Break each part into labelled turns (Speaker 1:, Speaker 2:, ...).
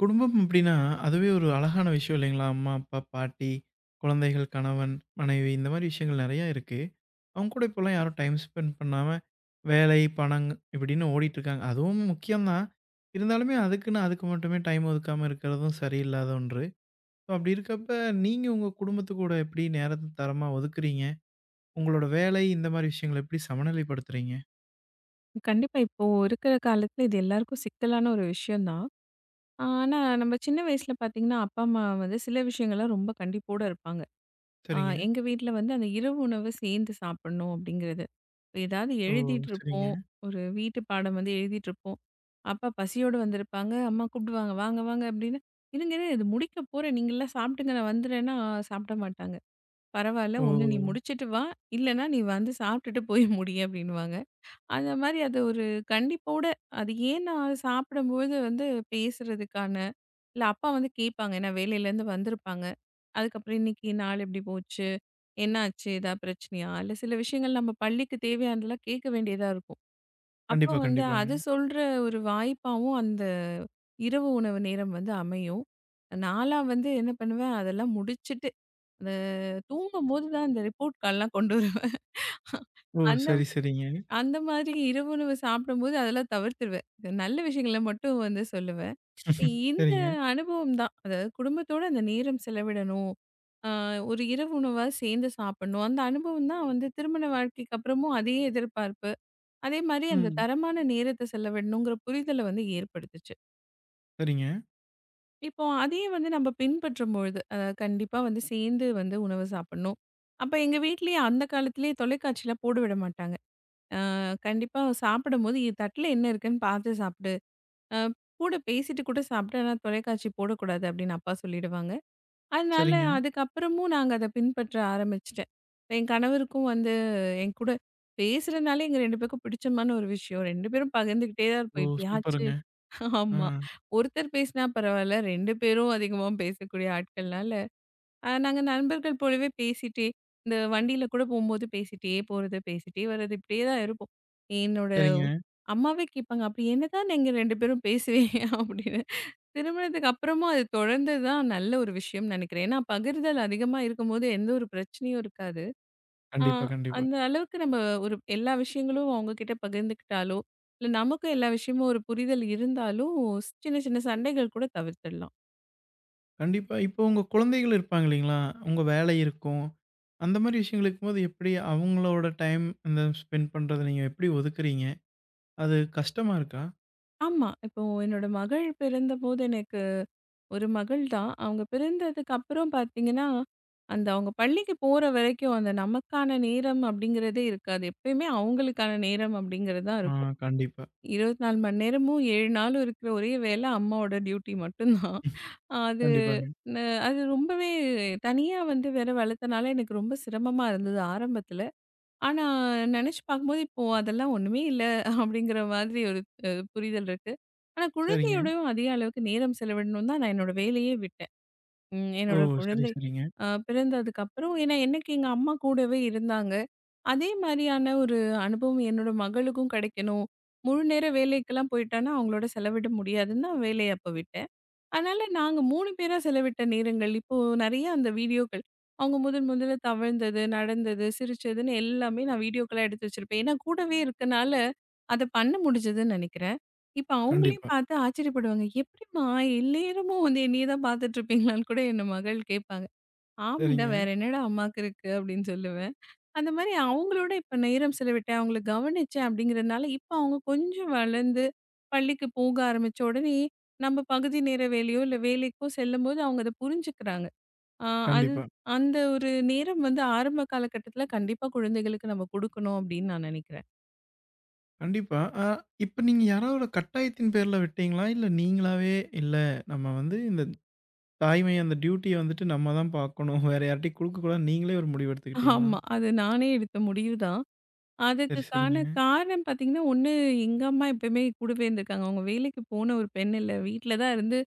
Speaker 1: குடும்பம் அப்படின்னா, அதுவே ஒரு அழகான விஷயம் இல்லைங்களா? அம்மா, அப்பா, பாட்டி, குழந்தைகள், கணவன், மனைவி இந்த மாரி விஷயங்கள் நெறையா இருக்கு. அவங்க கூட இப்போலாம் யாரும் டைம் ஸ்பெண்ட் பண்ணாம, வேலை, பணம் இப்படின்னு ஓடிட்டுருக்காங்க. அதுவும் முக்கியம் தான். இருந்தாலுமே அதுக்குன்னு அதுக்கு மட்டுமே டைம் ஒதுக்காம இருக்கிறதும் சரியில்லாத ஒன்று. ஸோ அப்படி இருக்கப்ப, நீங்க உங்க குடும்பத்து கூட எப்படி நேரத்த தரமா ஒதுக்குறீங்க? உங்களோட வேலை இந்த மாரி விஷயங்கள எப்படி சமநிலைப்படுத்துறீங்க?
Speaker 2: கண்டிப்பா. இப்போ இருக்கிற காலத்துல இது எல்லாருக்கும் சிக்கலான ஒரு விஷயம் தான். ஆனா, நம்ம சின்ன வயசுல பார்த்தீங்கன்னா, அப்பா, அம்மா வந்து சில விஷயங்கள்ல ரொம்ப கண்டிப்போட இருப்பாங்க. அ
Speaker 1: சரிங்க.
Speaker 2: எங்க வீட்ல வந்து அந்த இரவு உணவு சேர்ந்து சாப்பிடணும் அப்படிங்கிறது. இப்ப ஏதாவது
Speaker 1: ஓ!
Speaker 2: எழுதிட்டு
Speaker 1: சரிங்க.
Speaker 2: இருப்போம். ஒரு வீட்டு பாடம் வந்து எழுதிட்டு இருப்போம். அப்பா பசியோடு வந்திருப்பாங்க. அம்மா கூப்பிடுவாங்க, "வாங்க, வாங்க" அப்படின்னு. "இருங்க, இருங்க இது முடிக்க போறேன். நீங்கலாம் சாப்பிடுங்க. நான் வந்துடுறேன்னா" சாப்பிட மாட்டாங்க. "பரவால்ல.
Speaker 1: ஓ!
Speaker 2: ஒண்ணு நீ முடிச்சுட்டு வா. இல்லன்னா நீ வந்து சாப்பிட்டுட்டு போய் முடி" அப்படின்னுவாங்க. அந்த மாரி அது ஒரு கண்டிப்போட, அது ஏன் நான் சாப்பிடும்போது வந்து பேசுறதுக்கான, இல்ல அப்பா வந்து கேட்பாங்க. ஏன்னா வேலையிலேருந்து வந்திருப்பாங்க. அதுக்கப்புறம் இன்னைக்கு நாள் எப்படி போச்சு? என்னாச்சு? ஏதாவது பிரச்சனையா? இல்ல சில விஷயங்கள் நம்ம பள்ளிக்கு தேவையானதெல்லாம் கேட்க வேண்டியதா இருக்கும். அப்போ
Speaker 1: கண்டிப்பா,
Speaker 2: வந்து
Speaker 1: கண்டிப்பாங்க.
Speaker 2: அது சொல்ற ஒரு வாய்ப்பாவும் அந்த இரவு உணவு நேரம் வந்து அமையும். நான்லாம் வந்து என்ன பண்ணுவேன், அதெல்லாம் முடிச்சுட்டு அந்த தூங்கும்போது தான் அந்த ரிப்போர்ட் கார்ட்லாம் கொண்டு வருவேன்.
Speaker 1: ஓ! சரி, சரிங்க.
Speaker 2: அந்த மாதிரி இரவு உணவு சாப்பிடும்போது அதெல்லாம் தவிர்த்துருவேன். இது நல்ல விஷயங்கள மட்டும் வந்து சொல்லுவேன். இந்த
Speaker 1: சரிங்க.
Speaker 2: அனுபவம் தான். அதாவது குடும்பத்தோட அந்த நேரம் செலவிடணும். அ ஒரு இரவு உணவா சேர்ந்து சாப்பிடணும். அந்த அனுபவம் தான் வந்து திருமண வாழ்க்கைக்கு அப்புறமும் அதே எதிர்பார்ப்பு. அதே மாரி அந்த
Speaker 1: ம்.
Speaker 2: தரமான நேரத்த செலவிடணுங்கிற புரிதல வந்து ஏற்படுத்துச்சு.
Speaker 1: சரிங்க,
Speaker 2: இப்போ அதையே வந்து நம்ம பின்பற்றும் பொழுது, கண்டிப்பா வந்து சேர்ந்து வந்து உணவு சாப்பிடணும். அப்ப எங்க வீட்லயே அந்த காலத்திலேயே தொலைக்காட்சிலாம் போட விட மாட்டாங்க. அ கண்டிப்பா சாப்பிடும்போது இது தட்டுல என்ன இருக்குன்னு பார்த்து சாப்பிடு. அ கூட பேசிட்டு கூட சாப்பிடு. ஆனா தொலைக்காட்சி போடக்கூடாது அப்படின்னு அப்பா சொல்லிடுவாங்க. அதனால
Speaker 1: சரிங்க.
Speaker 2: அதுக்கப்புறமும் நாங்க அத பின்பற்ற ஆரம்பிச்சுட்டேன். இப்ப என் கணவருக்கும் வந்து என் கூட பேசுறதுனாலே எங்க 2 பேருக்கும் பிடிச்சமான ஒரு விஷயம். 2 பேரும் பகிர்ந்துகிட்டே தான்
Speaker 1: ஓ!
Speaker 2: இருப்போம். எப்பயாச்சு
Speaker 1: சூப்பருங்க. ஆ.
Speaker 2: ஆமா. ஒருத்தர் பேசினா பரவாயில்ல 2 பேரும் அதிகமா பேசக்கூடிய ஆட்கள்னால நாங்க நண்பர்கள் போலவே பேசிட்டே, இந்த வண்டியில கூட போம்போது பேசிட்டே போறது, பேசிட்டே வர்றது இப்படியே தான் இருப்போம். என்னோட
Speaker 1: சரிங்க.
Speaker 2: அம்மாவே கேட்பாங்க, "அப்படி என்னதான் நீங்க 2 பேரும் பேசுவீங்க?" அப்படின்னு. திருமணத்துக்கு அப்புறமும் அது தொடர்ந்தது தான் நல்ல ஒரு விஷயம்னு நெனைக்கிறேன். ஏன்னா பகிர்தல் அதிகமா இருக்கும்போது எந்த ஒரு பிரச்சனையும் இருக்காது. ஆ
Speaker 1: கண்டிப்பா, கண்டிப்பா.
Speaker 2: அந்த அளவுக்கு நம்ம ஒரு எல்லா விஷயங்களும் அவங்க கிட்ட பகிர்ந்துக்கிட்டாலோ, இல்ல நமக்கும் எல்லா விஷயமும் ஒரு புரிதல் இருந்தாலும், சின்ன சின்ன சண்டைகள் கூட தவிர்த்துடலாம்.
Speaker 1: கண்டிப்பா. இப்போ உங்க குழந்தைகள் இருப்பாங்க இல்லைங்களா? உங்க வேலை இருக்கும். அந்த மாரி விஷயங்கள் இருக்கும்போது எப்படி அவங்களோட டைம் அந்த ஸ்பெண்ட் பண்றத நீங்க எப்படி ஒதுக்குறீங்க? அது கஷ்டமா இருக்கா?
Speaker 2: ஆமா. இப்போ என்னோட மகள் பிறந்தபோது எனக்கு ஒரு மகள் தான். அவங்க பிறந்ததுக்கு அப்புறம் பார்த்தீங்கன்னா, அந்த அவங்க பள்ளிக்கு போற வரைக்கும் அந்த நமக்கான நேரம் அப்படிங்கிறதே இருக்காது. எப்பயுமே அவங்களுக்கான நேரம் அப்படிங்கிறது தான்
Speaker 1: ஆ
Speaker 2: இருக்கும்.
Speaker 1: கண்டிப்பா,
Speaker 2: 24 மணி நேரமும் 7 நாளும் இருக்கிற ஒரே வேலை அம்மாவோட டியூட்டி மட்டும்தான். அது
Speaker 1: கண்டிப்பாங்க.
Speaker 2: ந அது ரொம்பவே தனியா வந்து வேற வளர்த்தனால எனக்கு ரொம்ப சிரமமா இருந்தது ஆரம்பத்தில. ஆனா நெனச்சு பார்க்கும்போது இப்போ அதெல்லாம் ஒண்ணுமே இல்ல அப்படிங்கிற மாதிரி ஒரு புரிதல் இருக்கு. ஆனா
Speaker 1: சரிங்க.
Speaker 2: குழந்தையோடயும் அதிக அளவுக்கு நேரம் செலவிடணும்னு தான் நான் என்னோட வேலையே விட்டேன். ம்.
Speaker 1: ஓ!
Speaker 2: என்னோட
Speaker 1: சரி,
Speaker 2: குழந்தை
Speaker 1: சரிங்க.
Speaker 2: பிறந்ததுக்கப்புறம் ஏன்னா, எனக்கு எங்க அம்மா கூடவே இருந்தாங்க. அதே மாரியான ஒரு அனுபவம் என்னோட மகளுக்கும் கிடைக்கணும். முழு நேர வேலைக்கெல்லாம் போயிட்டான்னா, அவங்களோட செலவிட முடியாதுன்னு நான் வேலைய அப்ப விட்டேன். அதனால நாங்க 3 பேரா செலவிட்ட நேரங்கள், இப்போ நெறைய அந்த வீடியோக்கள். அவங்க முதன் முதல்ல தவழ்ந்தது, நடந்தது, சிரிச்சதுன்னு எல்லாமே நான் வீடியோக்களா எடுத்து வச்சிருப்பேன். ஏன்னா கூடவே இருக்கனால, அத பண்ண முடிஞ்சதுன்னு நெனைக்கிறேன். இப்ப அவங்களையும்
Speaker 1: கண்டிப்பா.
Speaker 2: பார்த்து ஆச்சரியப்படுவாங்க. "எப்படிம்மா எந்நேரமும் வந்து என்னையே தான் பார்த்துட்டு இருப்பீங்களான்னு" கூட என் மகள் கேட்பாங்க. "ஆமாண்டா,
Speaker 1: சரிங்க.
Speaker 2: வேற என்னடா அம்மாக்கு இருக்கு" அப்படின்னு சொல்லுவேன். அந்த மாரி அவங்களோட இப்ப நேரம் செலவிட்டேன். அவங்கள கவனிச்சேன் அப்படிங்கிறனால, இப்ப அவங்க கொஞ்சம் வளர்ந்து பள்ளிக்கு போக ஆரம்பிச்ச உடனே, நம்ம பகுதி நேர வேலையோ, இல்ல வேலைக்கோ செல்லும்போது அவங்க அத புரிஞ்சுக்கிறாங்க. ஆ அது
Speaker 1: கண்டிப்பா,
Speaker 2: அந்த ஒரு நேரம் வந்து ஆரம்ப காலகட்டத்தில கண்டிப்பா குழந்தைகளுக்கு நம்ம குடுக்கணும் அப்படின்னு நான் நினைக்கிறேன்.
Speaker 1: கண்டிப்பா. இப்ப நீங்க யாராவோட கட்டாயத்தின் பேர்ல விட்டீங்களா? இல்ல நீங்களாவே, இல்ல நம்ம வந்து இந்த தாய்மை அந்த டியூட்டிய வந்துட்டு நம்ம தான் பார்க்கணும். வேற யார்ட்டயும் குடுக்கக்கூடாதுன்னு நீங்களே ஒரு முடிவு எடுத்துக்கிட்டீங்களா?
Speaker 2: ஆமா. அது நானே எடுத்த முடிவு தான்.
Speaker 1: சரி,
Speaker 2: அதுக்குக்கான
Speaker 1: சரிங்க.
Speaker 2: காரணம் பார்த்தீங்கன்னா, ஒண்ணு எங்க அம்மா எப்பயுமே கூடவே இருந்திருக்காங்க. அவங்க வேலைக்கு போன ஒரு பெண் இல்ல. வீட்ல தான் இருந்து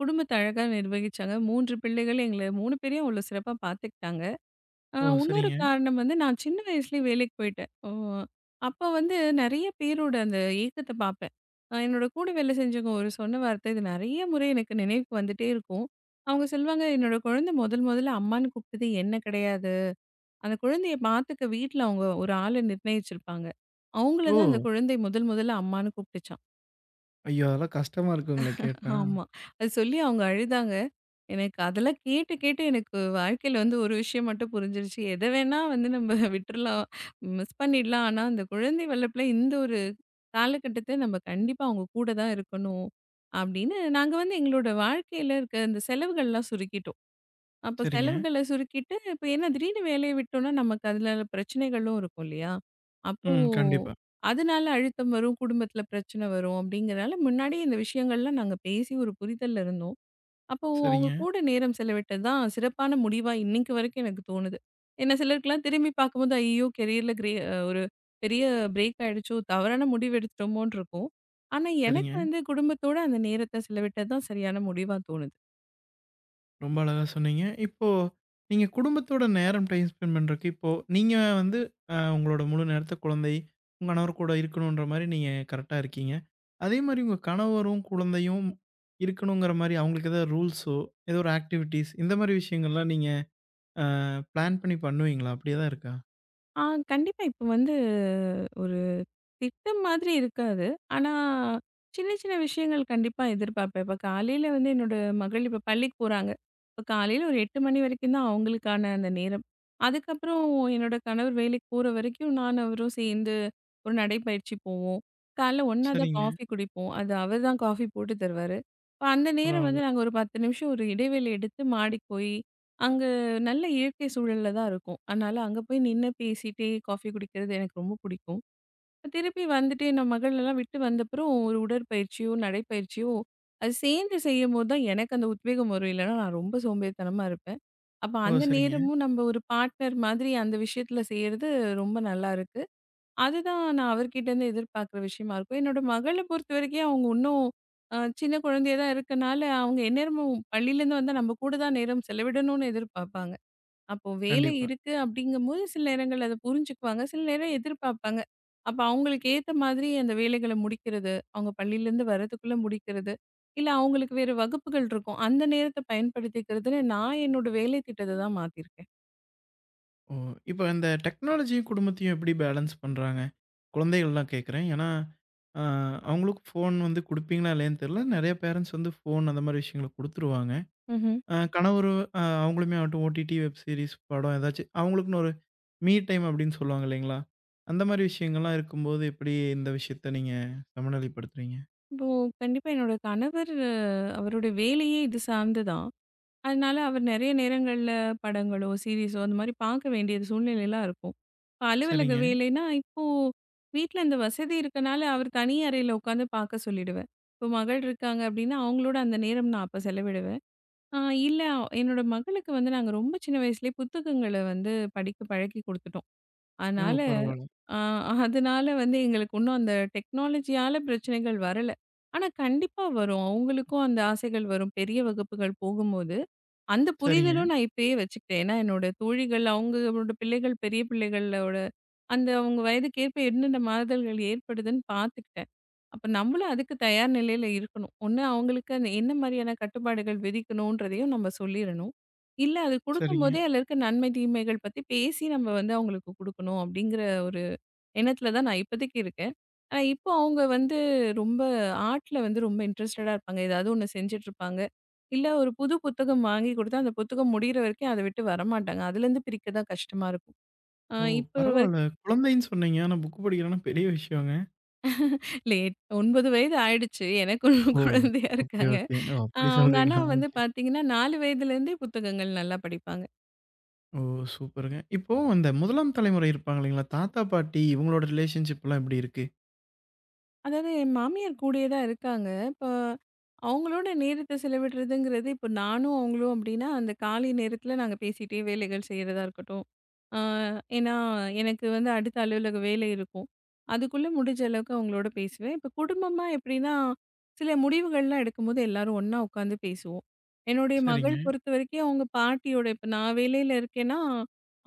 Speaker 2: குடும்பத்த அழகா நிர்வகிச்சாங்க. 3 பிள்ளைகள் எங்கள 3 பேரையும் அவ்வளோ சிறப்பா பார்த்துக்கிட்டாங்க.
Speaker 1: ஓ!
Speaker 2: இன்னொரு
Speaker 1: சரிங்க.
Speaker 2: காரணம் வந்து நான் சின்ன வயசுலயே வேலைக்கு போயிட்டேன். அப்போ வந்து நெறைய பேரோட அந்த ஏக்கத்த பார்ப்பேன். என்னோட கூட வேலை செஞ்சவங்க ஒரு சொன்ன வார்த்தை, இது நெறைய முறை எனக்கு நினைவுக்கு வந்துட்டே இருக்கும். அவங்க சொல்வாங்க, "என்னோட குழந்தை முதல் முதல்ல அம்மான்னு கூப்பிட்டது என்ன கிடையாது." அந்த குழந்தைய பார்த்துக்க வீட்ல அவங்க ஒரு ஆள நிர்ணயிச்சிருப்பாங்க. அவங்கள
Speaker 1: ஓ!
Speaker 2: தான் அந்த குழந்தை முதல் முதல்ல அம்மான்னு கூப்பிட்டுச்சாம்.
Speaker 1: ஐயோ! அதெல்லாம் கஷ்டமா இருக்குங்களே கேட்டா.
Speaker 2: ஆமா. அது சொல்லி அவங்க அழுதாங்க. எனக்கு அதெல்லாம் கேட்டு கேட்டு எனக்கு வாழ்க்கையில வந்து ஒரு விஷயம் மட்டும் புரிஞ்சிருச்சு. எத வேணா வந்து நம்ம விட்டுறலாம், மிஸ் பண்ணிடலாம். ஆனா அந்த குழந்தை வளர்ப்புல இந்த ஒரு காலகட்டத்த நம்ம கண்டிப்பா அவங்க கூட தான் இருக்கணும். அப்படின்னு நாங்க வந்து எங்களோட வாழ்க்கையில இருக்க இந்த செலவுகள்லாம் சுருக்கிட்டோம். அப்ப
Speaker 1: சரிங்க.
Speaker 2: செலவுகள சுருக்கிட்டு, இப்ப ஏன்னா திடீர்னு வேலைய விட்டோம்னா, நமக்கு அதுல பிரச்சனைகளும் இருக்கும் இல்லையா? அப்போ
Speaker 1: ம். கண்டிப்பா.
Speaker 2: அதனால அழுத்தம் வரும், குடும்பத்துல பிரச்சனை வரும் அப்படிங்கிறனால, முன்னாடியே இந்த விஷயங்கள்லாம் நாங்க பேசி ஒரு புரிதல்ல இருந்தோம். அப்போ அவங்க
Speaker 1: சரிங்க,
Speaker 2: கூட நேரம் செலவிட்டது தான் சிறப்பான முடிவா இன்னைக்கு வரைக்கும் எனக்கு தோணுது. ஏன்னா சிலருக்குலாம் திரும்பி பார்க்கும்போது, ஐயோ! கெரியர்ல கிரே அ ஒரு பெரிய பிரேக் ஆயிடுச்சோ! தவறான முடிவு எடுத்துட்டோமோன்னு இருக்கும். ஆனா எனக்கு
Speaker 1: சரிங்க.
Speaker 2: வந்து குடும்பத்தோட அந்த நேரத்த செலவிட்டது தான் சரியான முடிவா தோணுது.
Speaker 1: ரொம்ப அழகா சொன்னீங்க. இப்போ நீங்க குடும்பத்தோட நேரம் டைம் ஸ்பெண்ட் பண்றதுக்கு இப்போ நீங்க வந்து உங்களோட முழு நேரத்த குழந்தை, உங்க கணவர் கூட இருக்கணுன்ற மாரி நீங்க கரெக்ட்டா இருக்கீங்க. அதே மாரி உங்க கணவரும், குழந்தையும் இருக்கணுங்கிற மாரி அவங்களுக்கு ஏதாவது ரூல்ஸோ, ஏதோ ஒரு ஆக்டிவிட்டீஸ் இந்த மாரி விஷயங்கள்லாம் நீங்க ஆ பிளான் பண்ணி பண்ணுவீங்களா? அப்படியே தான் இருக்கா?
Speaker 2: ஆ கண்டிப்பா. இப்ப வந்து ஒரு திட்டம் மாதிரி இருக்காது. ஆனா, சின்ன சின்ன விஷயங்கள் கண்டிப்பா எதிர்பார்ப்பேன். இப்ப காலையில வந்து என்னோட மகள் இப்ப பள்ளிக்கு போறாங்க. இப்ப காலையில ஒரு 8 மணி வரைக்கும் தான் அவங்களுக்கான அந்த நேரம். அதுக்கப்புறம் என்னோட கணவர் வேலைக்கு போற வரைக்கும் நானும் அவரும் சேர்ந்து ஒரு நடைப்பயிற்சி போவோம். காலைல ஒண்ணா தான்
Speaker 1: சரிங்க.
Speaker 2: காஃபி குடிப்போம். அது அவர் தான் காஃபி போட்டு தருவாரு. இப்ப அந்த நேரம்
Speaker 1: பரவால்ல.
Speaker 2: வந்து நாங்க ஒரு 10 நிமிஷம் ஒரு இடைவேளை எடுத்து மாடிக்கு போய், அங்க நல்ல இயற்கை சூழல்ல தான் இருக்கும். அதனால அங்க போய் நின்னு பேசிட்டே காஃபி குடிக்கிறது எனக்கு ரொம்ப பிடிக்கும். திருப்பி வந்துட்டு என் மகள் எல்லாம் விட்டு வந்தப்புறம் ஒரு உடற்பயிற்சியோ, நடைப்பயிற்சியோ, அது சேர்ந்து செய்யும்போது தான் எனக்கு அந்த உத்வேகம் வரும். இல்லன்னா நான் ரொம்ப சோம்பேறித்தனமா இருப்பேன். அப்ப
Speaker 1: ஓ!
Speaker 2: அந்த
Speaker 1: சரிங்க.
Speaker 2: நேரமும் நம்ம ஒரு பார்ட்னர் மாதிரி அந்த விஷயத்துல செய்யறது ரொம்ப நல்லா இருக்கு. அதுதான் நான் அவர்கிட்ட இருந்து எதிர்பார்க்குற விஷயமா இருக்கும். என்னோட மகள பொறுத்தவரைக்கும் அவங்க இன்னும் சின்ன குழந்தையா தான் இருக்கனால, அவங்க எந்நேரமும் பள்ளியிலேருந்து வந்தா நம்ம கூட தான் நேரம் செலவிடணும்னு எதிர்பார்ப்பாங்க. அப்போ வேலை
Speaker 1: கண்டிப்பா.
Speaker 2: இருக்கு அப்படிங்கும்போது சில நேரங்கள் அதை புரிஞ்சுக்குவாங்க. சில நேரம் எதிர்பார்ப்பாங்க. அப்ப அவங்களுக்கு ஏத்த மாதிரி அந்த வேலைகள முடிக்கிறது, அவங்க பள்ளியிலேருந்து வர்றதுக்குள்ள முடிக்கிறது, இல்ல அவங்களுக்கு வேற வகுப்புகள் இருக்கும். அந்த நேரத்த பயன்படுத்திக்கிறதுன்னு நான் என்னோட வேலை திட்டத்த தான் மாத்தியிருக்கேன்.
Speaker 1: ஓ! இப்ப இந்த டெக்னாலஜியும், குடும்பத்தையும் எப்படி பேலன்ஸ் பண்றாங்க? குழந்தைகள்லாம் கேட்கிறேன். ஏன்னா, ஆ அவங்களுக்கும் ஃபோன் வந்து குடுப்பீங்களா இல்லையான்னு தெரியல. நெறைய பேரண்ட்ஸ் வந்து ஃபோன் அந்த மாரி விஷயங்கள குடுத்துருவாங்க.
Speaker 2: ம்ஹ்ம்.
Speaker 1: கணவர் அவங்களுமே ஆகட்டும் ஓடிடி, வெப் சீரிஸ், படம் ஏதாச்சும் அவங்களுக்குன்னு ஒரு மீ டைம் அப்படின்னு சொல்லுவாங்க இல்லைங்களா? அந்த மாரி விஷயங்கள்லாம் இருக்கும்போது எப்படி இந்த விஷயத்த நீங்க சமநிலைப்படுத்துறீங்க?
Speaker 2: இப்போ கண்டிப்பா என்னோட கணவர் அவருடைய வேலையே இது சார்ந்து தான். அதனால அவர் நெறைய நேரங்கள்ல படங்களோ, சீரிஸோ அந்த மாரி பார்க்க வேண்டிய சூழ்நிலைலாம் இருக்கும். இப்ப அலுவலக
Speaker 1: சரிங்க.
Speaker 2: வேலைன்னா, இப்போ வீட்ல இந்த வசதி இருக்கனால, அவர் தனி அறையில உட்காந்து பார்க்க சொல்லிடுவேன். இப்போ மகள் இருக்காங்க அப்டின்னா, அவங்களோட அந்த நேரம் நான் அப்ப செலவிடுவேன். ஆ இல்ல என்னோட மகளுக்கு வந்து நாங்க ரொம்ப சின்ன வயசுலயே புத்தகங்கள வந்து படிக்க பழக்கி குடுத்துட்டோம்.
Speaker 1: ஓ!
Speaker 2: அதனால
Speaker 1: பரவால்ல.
Speaker 2: ஆ அதனால வந்து எங்களுக்கு இன்னும் அந்த டெக்னாலஜியால பிரச்சனைகள் வரல. ஆனா கண்டிப்பா வரும். அவங்களுக்கும் அந்த ஆசைகள் வரும். பெரிய வகுப்புகள் போகும்போது. அந்த
Speaker 1: சரிங்க,
Speaker 2: புரிதலும் நான் இப்பயே வச்சுக்கிட்டேன். ஏன்னா, என்னோட தோழிகள், அவங்களோட பிள்ளைகள், பெரிய பிள்ளைகளோட அந்த அவங்க வயதுக்கேற்ப என்னென்ன மாறுதல்கள் ஏற்படுதுன்னு பார்த்துக்கிட்டேன். அப்ப நம்மளும் அதுக்கு தயார் நிலையில இருக்கணும். ஒண்ணு அவங்களுக்கு அந்த என்ன மாரியான கட்டுப்பாடுகள் விதிக்கணுன்றதையும் நம்ம சொல்லிரணும். இல்ல அது
Speaker 1: சரிங்க.
Speaker 2: குடுக்கும்போதே அதில இருக்க நன்மை, தீமைகள் பத்தி பேசி நம்ம வந்து அவங்களுக்கு குடுக்கணும். அப்படிங்கிற ஒரு எண்ணத்துல தான் நான் இப்போதைக்கு இருக்கேன். ஆனா, இப்போ அவங்க வந்து ரொம்ப ஆர்ட்ல வந்து ரொம்ப இன்ட்ரெஸ்டடா இருப்பாங்க. ஏதாவது ஒண்ணு செஞ்சுட்டு இருப்பாங்க. இல்ல ஒரு புது புத்தகம் வாங்கி கொடுத்தா, அந்த புத்தகம் முடியிற வரைக்கும் அத விட்டு வரமாட்டாங்க. அதுலேருந்து பிரிக்க தான் கஷ்டமா இருக்கும்.
Speaker 1: ஓ!
Speaker 2: இப்போ வரைக்கும்
Speaker 1: பரவால்ல. குழந்தைன்னு சொன்னீங்க. ஆனா புக் படிக்கிறன்னா பெரிய விஷயங்க.
Speaker 2: இல்ல 9 வயது ஆயிடுச்சு. எனக்கு இன்னும்
Speaker 1: ஓ!
Speaker 2: குழந்தையா
Speaker 1: ஓகே,
Speaker 2: இருக்காங்க.
Speaker 1: ஓகேங்க. ஓ! அப்படி
Speaker 2: அவங்க ஆனா
Speaker 1: சொல்றீங்களா?
Speaker 2: வந்து
Speaker 1: ஓகே.
Speaker 2: பார்த்தீங்கன்னா, 4 வயதுலேருந்தே புத்தகங்கள் நல்லா படிப்பாங்க.
Speaker 1: ஓ! சூப்பருங்க. இப்போ அந்த முதலாம் தலைமுறை இருப்பாங்க இல்லைங்களா? தாத்தா, பாட்டி இவங்களோட ரிலேஷன்ஷிப்லாம் எப்படி இருக்கு?
Speaker 2: அதாவது என் மாமியார் கூடயே தான் இருக்காங்க. இப்ப அவங்களோட நேரத்த செலவிடுறதுங்கிறது, இப்ப நானும் அவங்களும் அப்டின்னா, அந்த காலை நேரத்தில நாங்க பேசிட்டே வேலைகள் செய்றதா இருக்கட்டும். ஆ ஏன்னா, எனக்கு வந்து அடுத்த அலுவலக வேலை இருக்கும். அதுக்குள்ள முடிஞ்ச அளவுக்கு அவங்களோட பேசுவேன். இப்ப குடும்பமா எப்டின்னா, சில முடிவுகள்லாம் எடுக்கும்போது எல்லாரும் ஒண்ணா உட்காந்து பேசுவோம். என்னுடைய
Speaker 1: சரிங்க,
Speaker 2: மகள் பொறுத்தவரைக்கும் அவங்க பாட்டியோட இப்ப நான் வேலையில இருக்கேன்னா,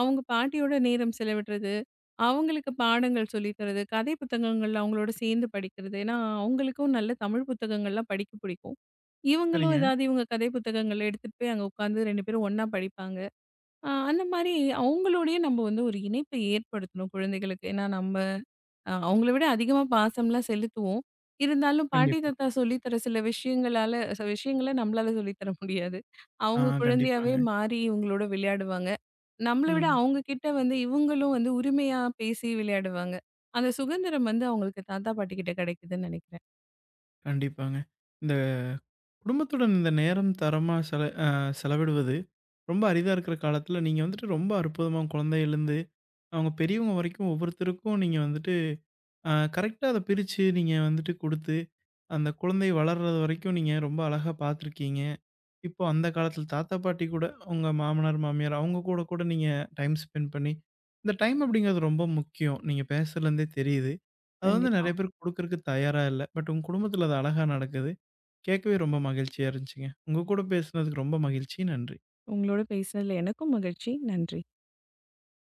Speaker 2: அவங்க பாட்டியோட நேரம் செலவிடுறது. அவங்களுக்கு பாடங்கள் சொல்லி தர்றது, கதை புத்தகங்கள்ல அவங்களோட சேர்ந்து படிக்கிறது. ஏன்னா, அவங்களுக்கும் நல்ல தமிழ் புத்தகங்கள்லாம் படிக்க பிடிக்கும். இவங்களும்
Speaker 1: சரிங்க.
Speaker 2: ஏதாவது இவங்க கதை புத்தகங்கள் எடுத்துட்டு போய் அங்க உட்காந்து 2 பேரும் ஒண்ணா படிப்பாங்க. அந்த மாரி அவங்களோடயே நம்ம வந்து ஒரு இணைப்பை ஏற்படுத்தணும் குழந்தைகளுக்கு. ஏன்னா, நம்ம அவங்கள விட அதிகமா பாசம்லாம் செலுத்துவோம். இருந்தாலும் பாட்டி,
Speaker 1: கண்டிப்பா.
Speaker 2: தாத்தா சொல்லி தர சில விஷயங்களால சில விஷயங்கள நம்மளால சொல்லி தர முடியாது.
Speaker 1: ஆ
Speaker 2: அவங்க குழந்தையாவே
Speaker 1: கண்டிப்பாங்க.
Speaker 2: மாறி இவங்களோட விளையாடுவாங்க. நம்மள விட
Speaker 1: ம்.
Speaker 2: அவங்க கிட்ட வந்து இவங்களும் வந்து உரிமையா பேசி விளையாடுவாங்க. அந்த சுதந்திரம் வந்து அவங்களுக்கு தாத்தா, பாட்டி கிட்ட கிடைக்குதுன்னு நினைக்கிறேன்.
Speaker 1: கண்டிப்பாங்க. இந்த குடும்பத்துடன் இந்த நேரம் தரமா செலவிடுவது ரொம்ப அரிதா இருக்கிற காலத்தில நீங்க வந்துட்டு ரொம்ப அற்புதமா குழந்தையிலருந்து அவங்க பெரியவங்க வரைக்கும் ஒவ்வொருத்தருக்கும் நீங்க வந்துட்டு கரெக்ட்டா அத பிரிச்சு நீங்க வந்துட்டு குடுத்து அந்த குழந்தை வளர்றது வரைக்கும் நீங்க ரொம்ப அழகா பார்த்துருக்கீங்க. இப்போ அந்த காலத்துல தாத்தா, பாட்டி கூட உங்க மாமனார், மாமியார் அவங்க கூட கூட நீங்க டைம் ஸ்பெண்ட் பண்ணி இந்த டைம் அப்படிங்கிறது ரொம்ப முக்கியம். நீங்க பேசுறதுலேருந்தே தெரியுது. அது வந்து
Speaker 2: கண்டிப்பா.
Speaker 1: நெறைய பேர் குடுக்கறக்கு தயாரா இல்ல. பட் உங்க குடும்பத்துல அது அழகா நடக்குது. கேட்கவே ரொம்ப மகிழ்ச்சியா இருந்துச்சுங்க. உங்க கூட பேசுனதுக்கு ரொம்ப மகிழ்ச்சி. நன்றி.
Speaker 2: உங்களோட பேசினதுல எனக்கும் மகிழ்ச்சி. நன்றி.